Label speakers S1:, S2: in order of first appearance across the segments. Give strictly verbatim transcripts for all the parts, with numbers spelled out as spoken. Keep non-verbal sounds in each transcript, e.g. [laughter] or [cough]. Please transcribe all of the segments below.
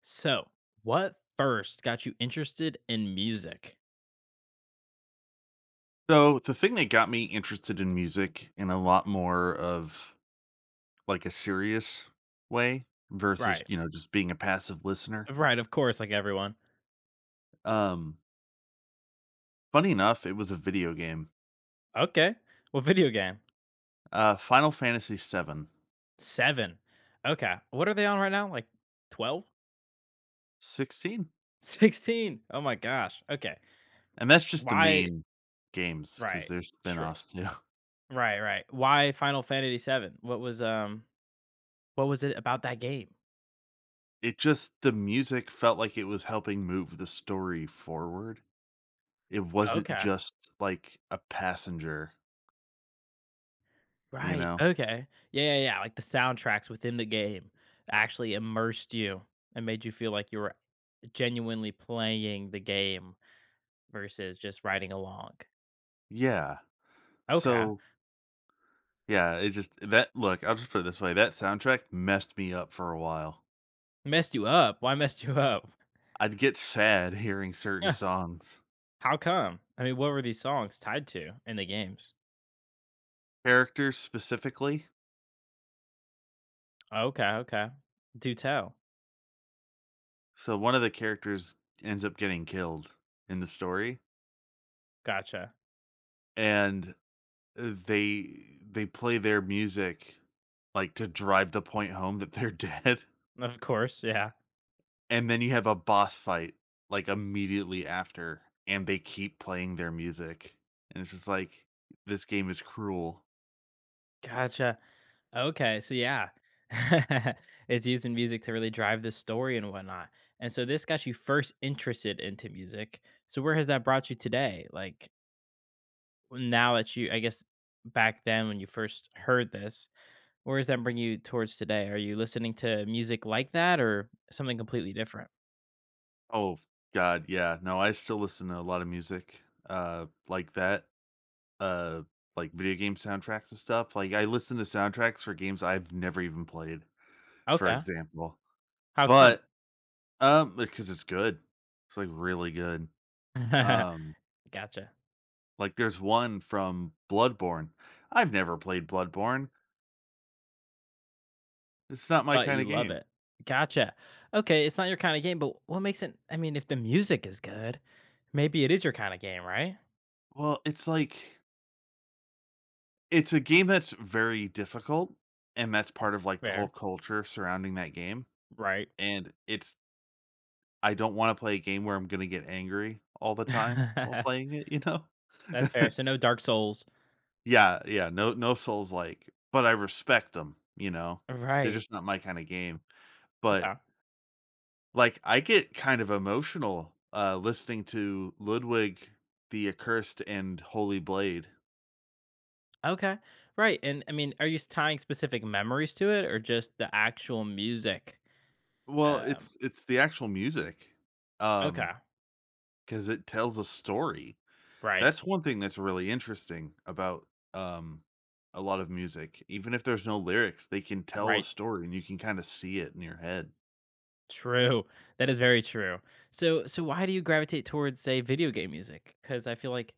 S1: So, what first got you interested in music?
S2: So the thing that got me interested in music in a lot more of like a serious way versus,
S1: Right.
S2: you know, just being a passive listener.
S1: Right, of course, like everyone.
S2: Um Funny enough, it was a video game.
S1: Okay. What video game?
S2: Uh Final Fantasy Seven,
S1: Seven. Okay. What are they on right now? Like twelve?
S2: sixteen.
S1: [laughs] sixteen. Oh my gosh. Okay.
S2: And that's just the
S1: Why?
S2: main games cuz
S1: Right.
S2: there's
S1: True.
S2: spin-offs too. [laughs]
S1: Right, right. Why Final Fantasy seven? What was um what was it about that game?
S2: It just the music felt like it was helping move the story forward. It wasn't
S1: Okay.
S2: just like a passenger, you
S1: Right.
S2: know.
S1: Okay. Yeah, yeah, yeah. Like the soundtracks within the game actually immersed you and made you feel like you were genuinely playing the game versus just riding along.
S2: Yeah.
S1: Okay.
S2: So yeah, it just that look, I'll just put it this way, that soundtrack messed me up for a while.
S1: Messed you up. Why messed you up?
S2: I'd get sad [laughs] hearing certain
S1: Huh,
S2: songs.
S1: how come? I mean, what were these songs tied to in the games?
S2: Characters specifically.
S1: Okay, okay. Do tell.
S2: So one of the characters ends up getting killed in the story,
S1: Gotcha.
S2: and they they play their music like to drive the point home that they're [laughs] dead,
S1: Of course, yeah.
S2: and then you have a boss fight like immediately after and they keep playing their music, and it's just like this game is cruel.
S1: Gotcha. Okay, so yeah. [laughs] It's using music to really drive the story and whatnot. And so this got you first interested into music. So where has that brought you today? Like, now that you I guess back then when you first heard this, where does that bring you towards today? Are you listening to music like that or something completely different?
S2: Oh, God, yeah. No, I still listen to a lot of music, uh, like that, uh, like video game soundtracks and stuff. Like, I listen to soundtracks for games I've never even played, for
S1: Okay.
S2: example.
S1: How come?
S2: But, um, because it's good. It's, like, really good.
S1: [laughs]
S2: Um,
S1: Gotcha.
S2: like, there's one from Bloodborne. I've never played Bloodborne. It's not my
S1: But you
S2: kinda
S1: love
S2: game.
S1: it. Gotcha. Okay, it's not your kind of game, but what makes it, I mean, if the music is good, maybe it is your kind of game, right?
S2: Well, it's like it's a game that's very difficult, and that's part of, like, the whole
S1: Fair.
S2: culture surrounding that game,
S1: Right.
S2: and it's I don't wanna play a game where I'm gonna get angry all the time while playing
S1: [laughs]
S2: it, you know?
S1: That's fair.
S2: [laughs]
S1: So no Dark Souls.
S2: Yeah, yeah, no no Souls-like, but I respect them, you know? They're
S1: Right.
S2: just not my kinda game, but,
S1: Okay.
S2: like, I get kind of emotional, uh, listening to Ludwig the Accursed and Holy Blade.
S1: Okay. Right. And I mean, are you s tying specific memories to it or just the actual music?
S2: Well,
S1: Um,
S2: it's it's the actual music, um,
S1: okay.
S2: because it tells a story.
S1: Right.
S2: That's one thing that's really interesting about, um, a lot of music. Even if there's no lyrics, they can tell a
S1: Right.
S2: story and you can kinda see it in your head.
S1: True. That is very true. So so why do you gravitate towards, say, video game music? Because I feel like,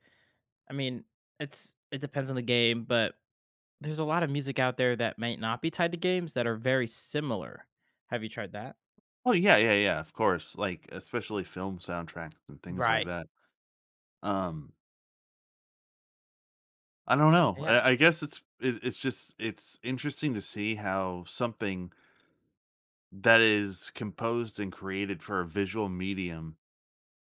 S1: I mean, it's it depends on the game, but there's a lot of music out there that might not be tied to games that are very similar. Have you tried that?
S2: Oh, yeah, yeah, yeah, of course, like, especially film soundtracks and things like
S1: Right.
S2: that. Um, I don't know.
S1: Yeah.
S2: I I guess it's it it's just it's interesting to see how something that is composed and created for a visual medium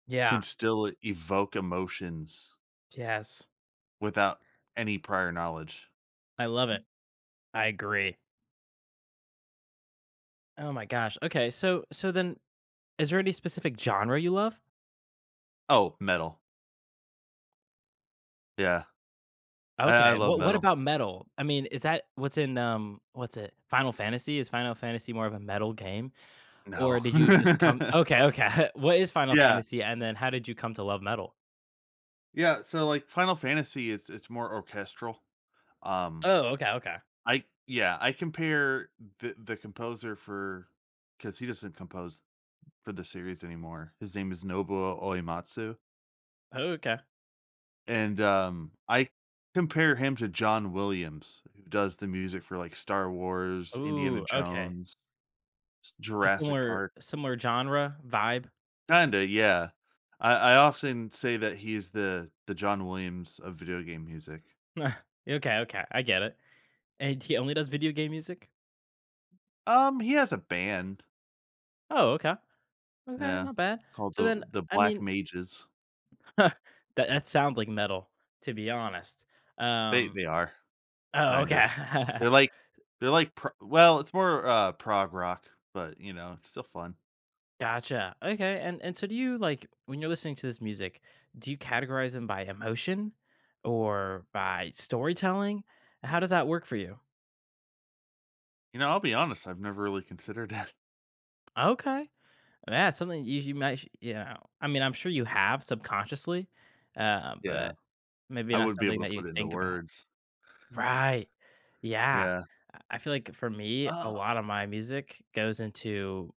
S1: Yeah.
S2: can still evoke emotions
S1: Yes.
S2: without any prior knowledge.
S1: I love it. I agree. Oh my gosh. Okay, so so then is there any specific genre you love?
S2: Oh, metal. Yeah. I I
S1: Okay.
S2: love
S1: What what
S2: metal.
S1: about metal? I mean, is that what's in um what's it? Final Fantasy? Is Final Fantasy more of a metal game? Or
S2: No.
S1: did you just
S2: [laughs]
S1: come. Okay, okay. [laughs] What is Final
S2: Yeah.
S1: Fantasy and then how did you come to love metal?
S2: Yeah, so, like, Final Fantasy, it's it's more orchestral. Um,
S1: Oh, okay, okay.
S2: I Yeah, I compare the the composer for because he doesn't compose for the series anymore. His name is Nobuo Uematsu,
S1: Okay.
S2: and, um, I compare him to John Williams, who does the music for, like, Star Wars, Indiana
S1: Ooh, okay.
S2: Jones,
S1: So
S2: Jurassic
S1: similar
S2: Park.
S1: similar genre, vibe.
S2: Kinda, yeah. I I often say that he's the the John Williams of video game music.
S1: [laughs] Okay, okay. I get it. And he only does video game music?
S2: Um, he has a band,
S1: Oh, okay. Okay,
S2: yeah,
S1: not bad.
S2: called
S1: So
S2: the
S1: then,
S2: the
S1: I
S2: Black
S1: mean.
S2: Mages.
S1: [laughs] That that sounds like metal, to be honest.
S2: They
S1: Um
S2: they are,
S1: Oh, okay.
S2: kinda. They're
S1: [laughs]
S2: like they're like pro well, it's more, uh, prog rock, but, you know, it's still fun.
S1: Gotcha. Okay, and and so do you, like, when you're listening to this music, do you categorize them by emotion or by storytelling? How does that work for you?
S2: You know, I'll be honest, I've never really considered it. [laughs]
S1: Okay. Yeah, it's something you you might sh you know, I mean, I'm sure you have subconsciously, uh,
S2: Yeah,
S1: but maybe
S2: I
S1: not
S2: wouldn't be
S1: something
S2: able
S1: that
S2: to
S1: you
S2: put it into
S1: think about.
S2: words.
S1: Right. Yeah.
S2: Yeah.
S1: I feel like for me, a
S2: Oh,
S1: lot of my music goes into,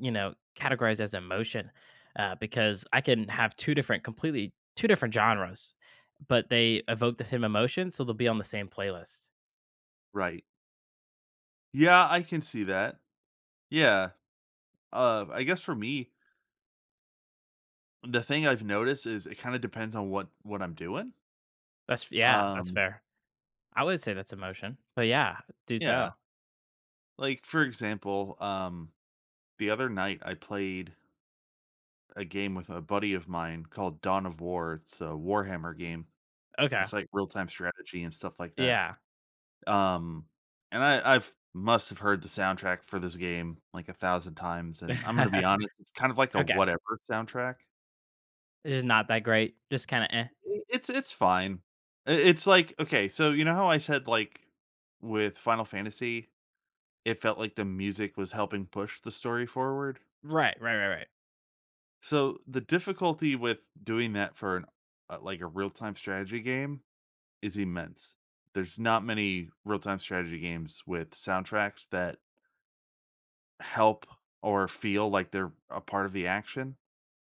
S1: you know, categorized as emotion, uh, because I can have two different, completely two different genres, but they evoke the same emotion, so they'll be on the same playlist.
S2: right. Yeah, I can see that. Yeah. Uh, I guess for me the thing I've noticed is it kinda depends on what what I'm doing.
S1: That's, yeah, that's
S2: Um,
S1: fair. I would say that's emotion, but yeah, do
S2: yeah,
S1: tell.
S2: like, for example, um, the other night I played a game with a buddy of mine called Dawn of War. It's a Warhammer game.
S1: Okay,
S2: It's like real-time strategy and stuff like that.
S1: yeah,
S2: Um, and I I've must have heard the soundtrack for this game like a thousand times, and I'm gonna be
S1: [laughs]
S2: honest, it's kind of like a
S1: okay,
S2: whatever soundtrack.
S1: it's just not that great. Just kind of eh.
S2: I it's it's fine. I it's like okay, so you know how I said, like, with Final Fantasy it felt like the music was helping push the story forward.
S1: Right, right, right, right.
S2: So the difficulty with doing that for an uh, like a real-time strategy game is immense. There's not many real-time strategy games with soundtracks that help or feel like they're a part of the action.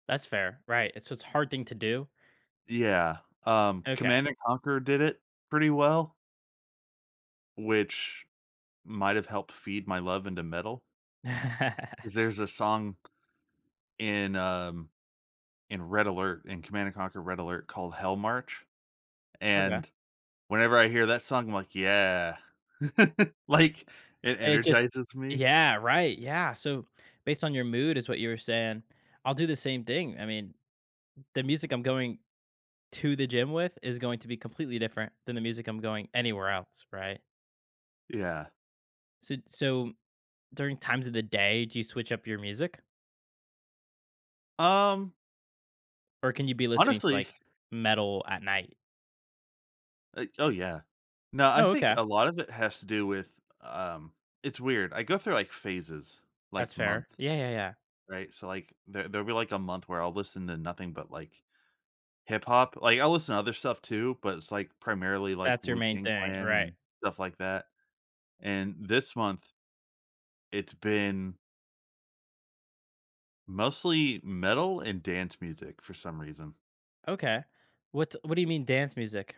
S1: That's fair. Right, so it's a hard thing to do.
S2: Yeah, um,
S1: Okay,
S2: Command and Conquer did it pretty well, which might have helped feed my love into metal. Because
S1: [laughs]
S2: there's a song in, um, in Red Alert, in Command and Conquer: Red Alert called Hell March.
S1: okay.
S2: And whenever I hear that song, I'm like, "Yeah." [laughs] Like, it
S1: It just.
S2: energizes me.
S1: Yeah, right, yeah, so, based on your mood is what you were saying. I'll do the same thing, I mean, the music I'm going to the gym with is going to be completely different than the music I'm going anywhere else, right?
S2: Yeah.
S1: So so, during times of the day, do you switch up your music?
S2: Um,
S1: Or can you be listening to,
S2: honestly
S1: like, metal at night?
S2: uh, oh, yeah. No, I
S1: Oh,
S2: think
S1: okay.
S2: a lot of it has to do with, um it's weird. I go through, like, phases,
S1: That's
S2: like,
S1: fair.
S2: months,
S1: Yeah, yeah, yeah.
S2: right? So, like, there there'll be, like, a month where I'll listen to nothing but, like, hip hop. Like, I'll listen to other stuff too, but it's, like, primarily, like,
S1: That's your
S2: Wu
S1: main
S2: Tang
S1: thing,
S2: Clan
S1: right.
S2: and stuff like that. And this month, it's been mostly metal and dance music for some reason.
S1: Okay. What what do you mean dance music?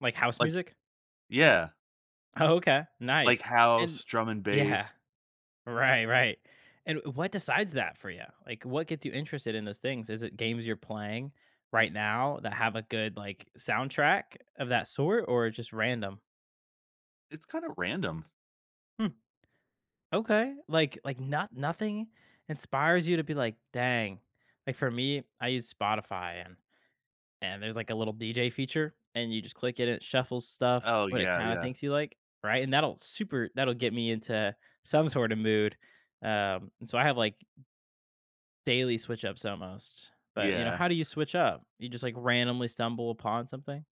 S1: Like house
S2: Like
S1: music? [laughs]
S2: yeah,
S1: Oh, okay,
S2: like
S1: nice, and.
S2: house, drum and
S1: Yeah.
S2: bass.
S1: Right, right. And what decides that for you? Like, what gets you interested in those things? Is it games you're playing right now that have a good, like, soundtrack of that sort, or just random?
S2: It's kinda random.
S1: Hmm, okay, like like not nothing inspires you to be like, dang. Like for me, I use Spotify and and there's like a little D J feature, and you just click it, and it shuffles stuff
S2: Oh,
S1: what it
S2: yeah,
S1: kind of
S2: yeah,
S1: thinks you like, right? And that'll super that'll get me into some sort of mood. Um, and so I have like daily switch ups almost, but, you know,
S2: yeah.
S1: how do you switch up? You just, like, randomly stumble upon something?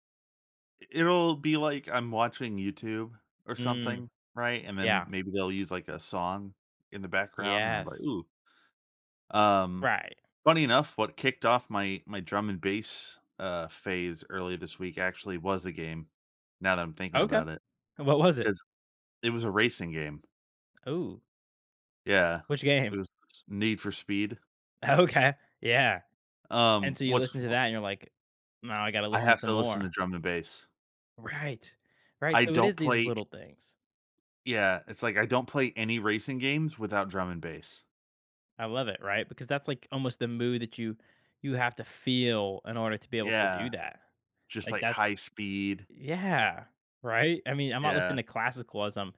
S2: It'll be like I'm watching YouTube or
S1: Mm,
S2: something, right? And then
S1: yeah.
S2: maybe they'll use, like, a song in the background, and I'm like,
S1: Yes.
S2: "Ooh." Um,
S1: Right.
S2: funny enough, what kicked off my my drum and bass, uh, phase early this week actually was a game, now that I'm thinking
S1: Okay.
S2: about it,
S1: What was it?
S2: because it was a racing game.
S1: Ooh,
S2: Yeah.
S1: which game?
S2: It
S1: [laughs]
S2: was Need for Speed.
S1: Okay. Yeah, and
S2: Um,
S1: so you
S2: what's
S1: listen
S2: fu
S1: to that and you're like, "Now I gotta
S2: I
S1: listen
S2: have
S1: some
S2: to listen
S1: more."
S2: to drum and bass.
S1: Right. Right,
S2: I
S1: so it
S2: don't
S1: is these
S2: play
S1: little things.
S2: Yeah, it's like I don't play any racing games without drum and bass.
S1: I love it, right? Because that's, like, almost the mood that you you have to feel in order to be able to
S2: Yeah,
S1: do that.
S2: just
S1: Like,
S2: like
S1: that.
S2: high speed.
S1: Yeah, right? I mean, I'm not listening
S2: Yeah,
S1: to classical as I'm,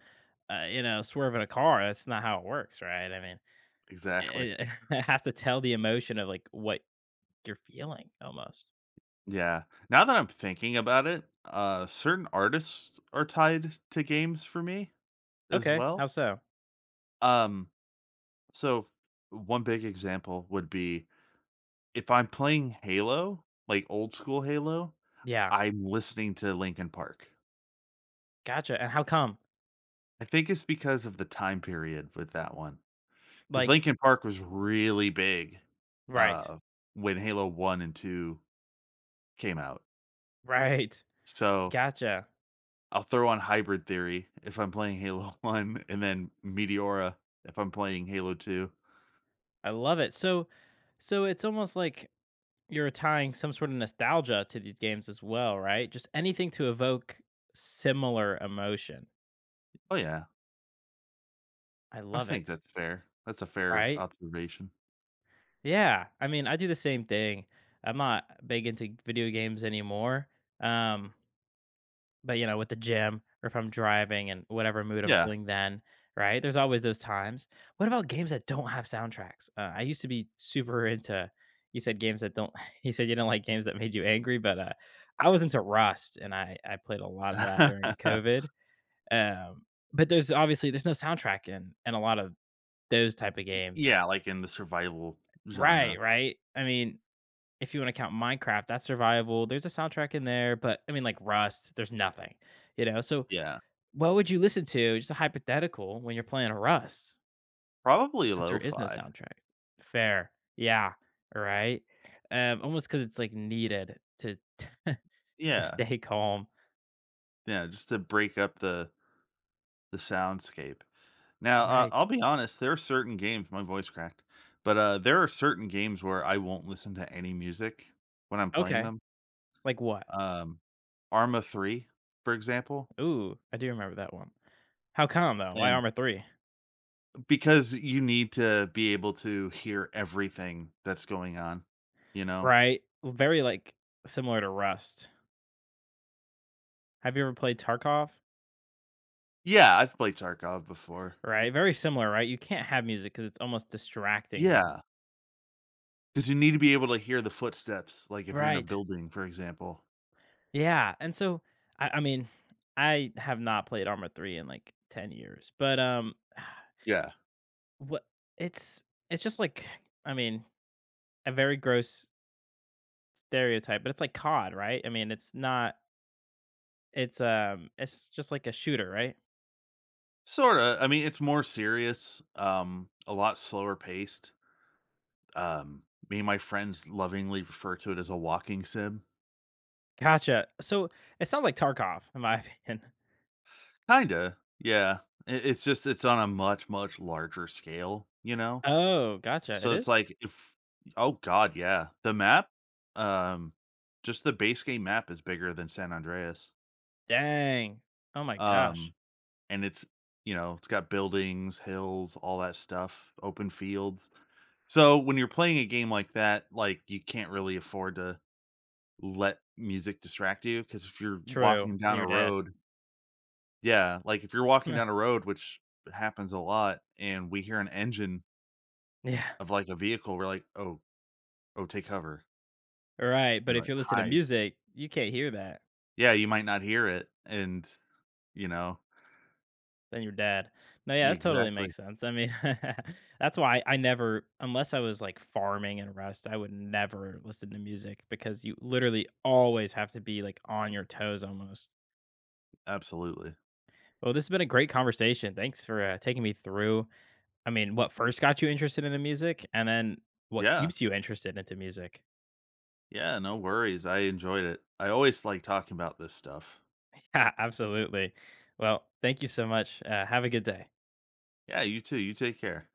S1: uh, you know, swerving a car, that's not how it works, right? I mean,
S2: exactly.
S1: it [laughs] it has to tell the emotion of, like, what you're feeling almost.
S2: Yeah. Now that I'm thinking about it, uh, certain artists are tied to games for me as
S1: Okay, how
S2: well.
S1: so?
S2: Um, so one big example would be if I'm playing Halo, like old school Halo
S1: Yeah,
S2: I'm listening to Linkin Park.
S1: gotcha, and how come?
S2: I think it's because of the time period with that one. Because
S1: Like.
S2: Linkin Park was really big,
S1: Right,
S2: uh, when Halo one and two came out.
S1: [laughs] right,
S2: So,
S1: gotcha,
S2: I'll throw on Hybrid Theory if I'm playing Halo [laughs] one, and then Meteora if I'm playing Halo two.
S1: I love it, so so it's almost like you're tying some sort of nostalgia to these games as well, right? Just anything to evoke similar emotion.
S2: Oh, yeah,
S1: I
S2: I
S1: love
S2: think
S1: it,
S2: that's fair. That's a fair
S1: right?
S2: observation.
S1: Yeah, I mean, I do the same thing. I'm not big into video games anymore. Um, but you know, with the gym or if I'm driving and whatever mood I'm
S2: Yeah.
S1: feeling then, right? There's always those times. What about games that don't have soundtracks? Uh, I used to be super into. You said games that don't. [laughs] You said you didn't like games that made you angry, but uh, I was into Rust, and I I played a lot of that during
S2: [laughs]
S1: COVID. Um, but there's obviously there's no soundtrack in in a lot of those type of games.
S2: Yeah, like, in the survival
S1: Right,
S2: genre.
S1: right. I mean, if you want to count Minecraft, that's survival. There's a soundtrack in there, but I mean, like Rust, there's nothing, you know? So,
S2: Yeah.
S1: what would you listen to? Just a hypothetical when you're playing a Rust,
S2: Probably
S1: since there is no
S2: lo-fi.
S1: soundtrack. Fair. Yeah. Right. Um, almost because it's like needed to, [laughs] to
S2: Yeah.
S1: stay calm.
S2: Yeah, just to break up the the soundscape. Now, uh,
S1: Right.
S2: I'll be honest, there are certain games my voice cracked, but, uh, there are certain games where I won't listen to any music when I'm playing
S1: Okay.
S2: them.
S1: Like what?
S2: Um, Arma three, for example,
S1: Ooh, I do remember that one. How come though? Why
S2: and
S1: Armor three?
S2: because you need to be able to hear everything that's going on, you know?
S1: Right. Very, like, similar to Rust. Have you ever played Tarkov?
S2: Yeah, I've played Tarkov before.
S1: Right, very similar, right? You can't have music because it's almost distracting you.
S2: Yeah, because you need to be able to hear the footsteps, like, if you're in a
S1: Right.
S2: building, for example.
S1: Yeah, and so, I I mean, I have not played Arma three in, like, ten years, but, um, [sighs]
S2: Yeah,
S1: what it's it's just like, I mean, a very gross stereotype, but it's like COD, right? I mean, it's not, it's, um, it's just like a shooter, right?
S2: sorta. I mean, it's more serious, um, a lot slower paced. Um, me and my friends lovingly refer to it as a walking sim.
S1: Gotcha. So, it sounds like Tarkov, in my opinion. [laughs]
S2: Kinda, yeah. It it's just it's on a much, much larger scale, you know?
S1: Oh, gotcha, it
S2: So it's
S1: is?
S2: like if oh god, yeah. The map, um, just the base game map is bigger than San Andreas.
S1: Dang. Oh my gosh.
S2: Um, and it's, you know, it's got buildings, hills, all that stuff, open fields. So when you're playing a game like that, like, you can't really afford to let music distract you because if you're
S1: True.
S2: walking
S1: Because
S2: down
S1: you're
S2: a
S1: dead.
S2: road Yeah, like, if you're walking down a
S1: [laughs]
S2: road, which happens a lot, and we hear an engine
S1: Yeah.
S2: of, like, a vehicle, we're like, "Oh oh, take cover."
S1: Right, but
S2: You're
S1: if
S2: like,
S1: you listen to
S2: "Hide."
S1: music, you can't hear that,
S2: Yeah, you might not hear it, and, you know
S1: then you're dead. No, yeah,
S2: Yeah,
S1: that totally
S2: exactly.
S1: makes sense. I mean, [laughs] that's why I never, unless I was, like, farming and rest, I would never listen to music because you literally always have to be, like, on your toes almost.
S2: Absolutely.
S1: Well, this has been a great conversation. Thanks for, uh, taking me through, I mean, what first got you interested into music, and then what
S2: Yeah.
S1: keeps you interested into music. [laughs]
S2: Yeah, no worries, I enjoyed it. I always like talking about this stuff.
S1: Yeah, absolutely. Well, thank you so much. Uh, have a good day.
S2: Yeah, you too, you take care.